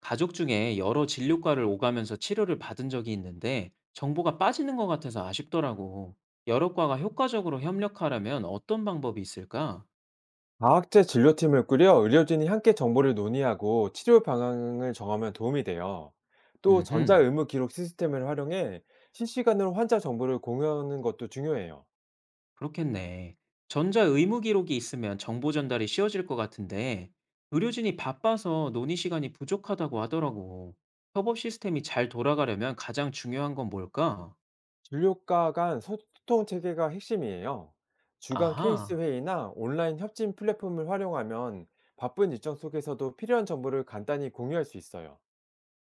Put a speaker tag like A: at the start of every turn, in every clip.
A: 가족 중에 여러 진료과를 오가면서 치료를 받은 적이 있는데 정보가 빠지는 것 같아서 아쉽더라고. 여러 과가 효과적으로 협력하려면 어떤 방법이 있을까?
B: 과학제 진료팀을 꾸려 의료진이 함께 정보를 논의하고 치료 방향을 정하면 도움이 돼요. 또 전자
A: 음흠,
B: 의무 기록 시스템을 활용해 실시간으로 환자 정보를 공유하는 것도 중요해요.
A: 그렇겠네. 전자 의무 기록이 있으면 정보 전달이 쉬워질 것 같은데 의료진이 바빠서 논의 시간이 부족하다고 하더라고. 협업 시스템이 잘 돌아가려면 가장 중요한 건 뭘까?
B: 진료과 간 소통 체계가 핵심이에요. 주간 케이스
A: 아하.
B: 회의나 온라인 협진 플랫폼을 활용하면 바쁜 일정 속에서도 필요한 정보를 간단히 공유할 수 있어요.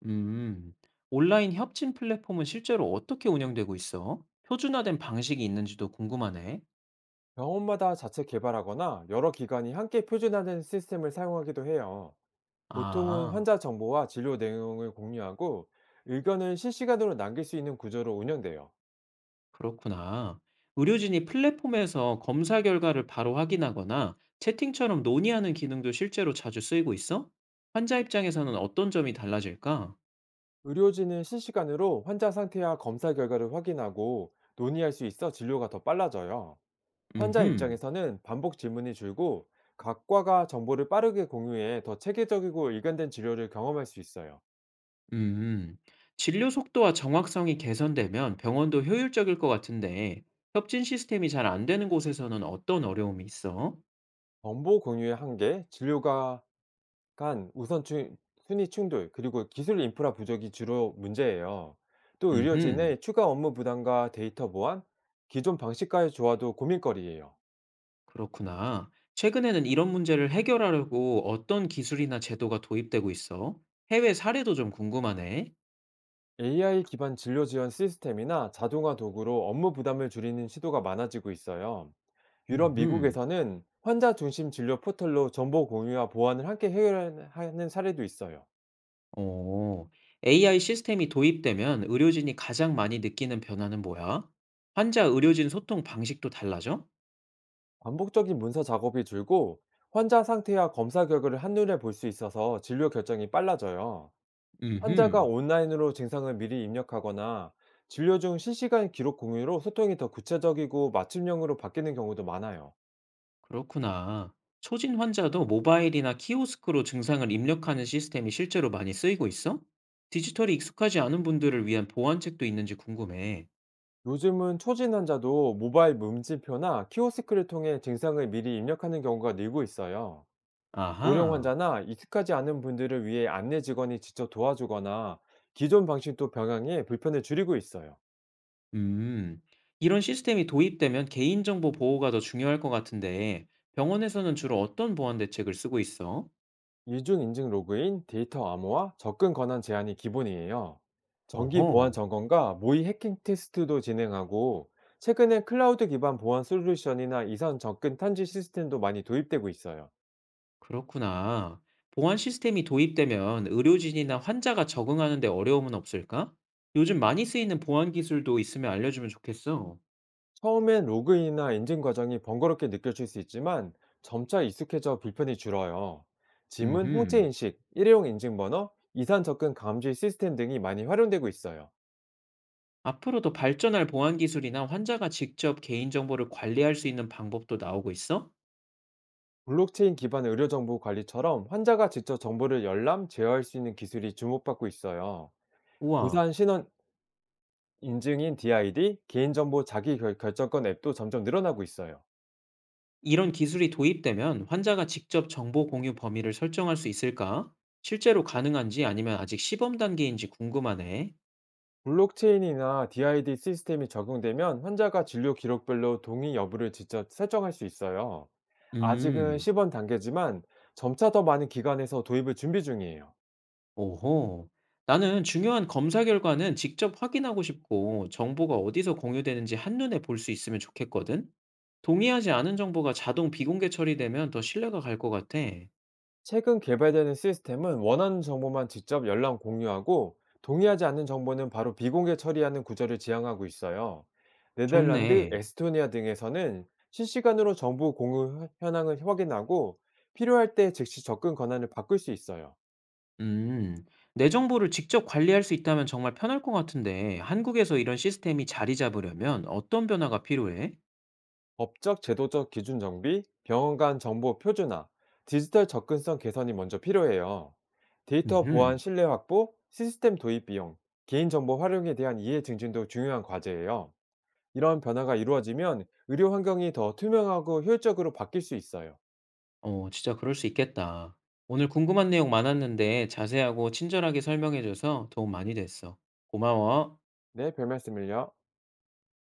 A: 음, 온라인 협진 플랫폼은 실제로 어떻게 운영되고 있어? 표준화된 방식이 있는지도 궁금하네.
B: 병원마다 자체 개발하거나 여러 기관이 함께 표준화된 시스템을 사용하기도 해요. 보통은
A: 아,
B: 환자 정보와 진료 내용을 공유하고 의견을 실시간으로 남길 수 있는 구조로 운영돼요.
A: 그렇구나. 의료진이 플랫폼에서 검사 결과를 바로 확인하거나 채팅처럼 논의하는 기능도 실제로 자주 쓰이고 있어? 환자 입장에서는 어떤 점이 달라질까?
B: 의료진은 실시간으로 환자 상태와 검사 결과를 확인하고 논의할 수 있어 진료가 더 빨라져요. 환자
A: 음흠,
B: 입장에서는 반복 질문이 줄고 각과가 정보를 빠르게 공유해 더 체계적이고 일관된 진료를 경험할 수 있어요.
A: 음, 진료 속도와 정확성이 개선되면 병원도 효율적일 것 같은데 협진 시스템이 잘 안 되는 곳에서는 어떤 어려움이 있어?
B: 정보 공유의 한계, 진료가 간 우선 순위 충돌, 그리고 기술 인프라 부족이 주로 문제예요. 또
A: 음흠.
B: 의료진의 추가 업무 부담과 데이터 보안, 기존 방식과의 조화도 고민거리예요.
A: 그렇구나. 최근에는 이런 문제를 해결하려고 어떤 기술이나 제도가 도입되고 있어? 해외 사례도 좀 궁금하네.
B: AI 기반 진료 지원 시스템이나 자동화 도구로 업무 부담을 줄이는 시도가 많아지고 있어요. 유럽,
A: 음,
B: 미국에서는 환자 중심 진료 포털로 정보 공유와 보안을 함께 해결하는 사례도 있어요.
A: 어, AI 시스템이 도입되면 의료진이 가장 많이 느끼는 변화는 뭐야? 환자 의료진 소통 방식도 달라져?
B: 반복적인 문서 작업이 줄고, 환자 상태와 검사 결과를 한눈에 볼 수 있어서 진료 결정이 빨라져요. 환자가
A: 음,
B: 온라인으로 증상을 미리 입력하거나 진료 중 실시간 기록 공유로 소통이 더 구체적이고 맞춤형으로 바뀌는 경우도 많아요.
A: 그렇구나. 초진 환자도 모바일이나 키오스크로 증상을 입력하는 시스템이 실제로 많이 쓰이고 있어? 디지털이 익숙하지 않은 분들을 위한 보완책도 있는지 궁금해.
B: 요즘은 초진 환자도 모바일 문진표나 키오스크를 통해 증상을 미리 입력하는 경우가 늘고 있어요. 고령
A: 아하.
B: 환자나 익숙하지 않은 분들을 위해 안내 직원이 직접 도와주거나 기존 방식도 병행해 불편을 줄이고 있어요.
A: 음, 이런 시스템이 도입되면 개인정보 보호가 더 중요할 것 같은데, 병원에서는 주로 어떤 보안 대책을 쓰고 있어?
B: 이중 인증 로그인, 데이터 암호화, 접근 권한 제한이 기본이에요. 정기 보안
A: 어허,
B: 점검과 모의 해킹 테스트도 진행하고, 최근에 클라우드 기반 보안 솔루션이나 이산 접근 탐지 시스템도 많이 도입되고 있어요.
A: 그렇구나. 보안 시스템이 도입되면 의료진이나 환자가 적응하는데 어려움은 없을까? 요즘 많이 쓰이는 보안 기술도 있으면 알려주면 좋겠어.
B: 처음엔 로그인이나 인증 과정이 번거롭게 느껴질 수 있지만, 점차 익숙해져 불편이 줄어요. 지문 홍채
A: 음흠.
B: 인식, 일회용 인증 번호, 이산 접근 감지 시스템 등이 많이 활용되고 있어요.
A: 앞으로 더 발전할 보안 기술이나 환자가 직접 개인정보를 관리할 수 있는 방법도 나오고 있어?
B: 블록체인 기반 의료정보관리처럼 환자가 직접 정보를 열람, 제어할 수 있는 기술이 주목받고 있어요.
A: 우와.
B: 부산 신원 인증인 DID, 개인정보 자기 결정권 앱도 점점 늘어나고 있어요.
A: 이런 기술이 도입되면 환자가 직접 정보 공유 범위를 설정할 수 있을까? 실제로 가능한지 아니면 아직 시범 단계인지 궁금하네.
B: 블록체인이나 DID 시스템이 적용되면 환자가 진료 기록별로 동의 여부를 직접 설정할 수 있어요. 아직은
A: 음,
B: 시범 단계지만 점차 더 많은 기관에서 도입을 준비 중이에요.
A: 오호. 나는 중요한 검사 결과는 직접 확인하고 싶고 정보가 어디서 공유되는지 한눈에 볼 수 있으면 좋겠거든? 동의하지 않은 정보가 자동 비공개 처리되면 더 신뢰가 갈 것 같아.
B: 최근 개발되는 시스템은 원하는 정보만 직접 연락 공유하고, 동의하지 않는 정보는 바로 비공개 처리하는 구조를 지향하고 있어요. 네덜란드,
A: 좋네.
B: 에스토니아 등에서는 실시간으로 정보 공유 현황을 확인하고 필요할 때 즉시 접근 권한을 바꿀 수 있어요.
A: 음, 내 정보를 직접 관리할 수 있다면 정말 편할 것 같은데, 한국에서 이런 시스템이 자리 잡으려면 어떤 변화가 필요해?
B: 법적, 제도적 기준 정비, 병원 간 정보 표준화, 디지털 접근성 개선이 먼저 필요해요. 데이터 보안
A: 음,
B: 신뢰 확보, 시스템 도입 비용, 개인정보 활용에 대한 이해 증진도 중요한 과제예요. 이런 변화가 이루어지면 의료 환경이 더 투명하고 효율적으로 바뀔 수 있어요.
A: 진짜 그럴 수 있겠다. 오늘 궁금한 내용 많았는데 자세하고 친절하게 설명해줘서 도움 많이 됐어. 고마워.
B: 네, 별 말씀을요.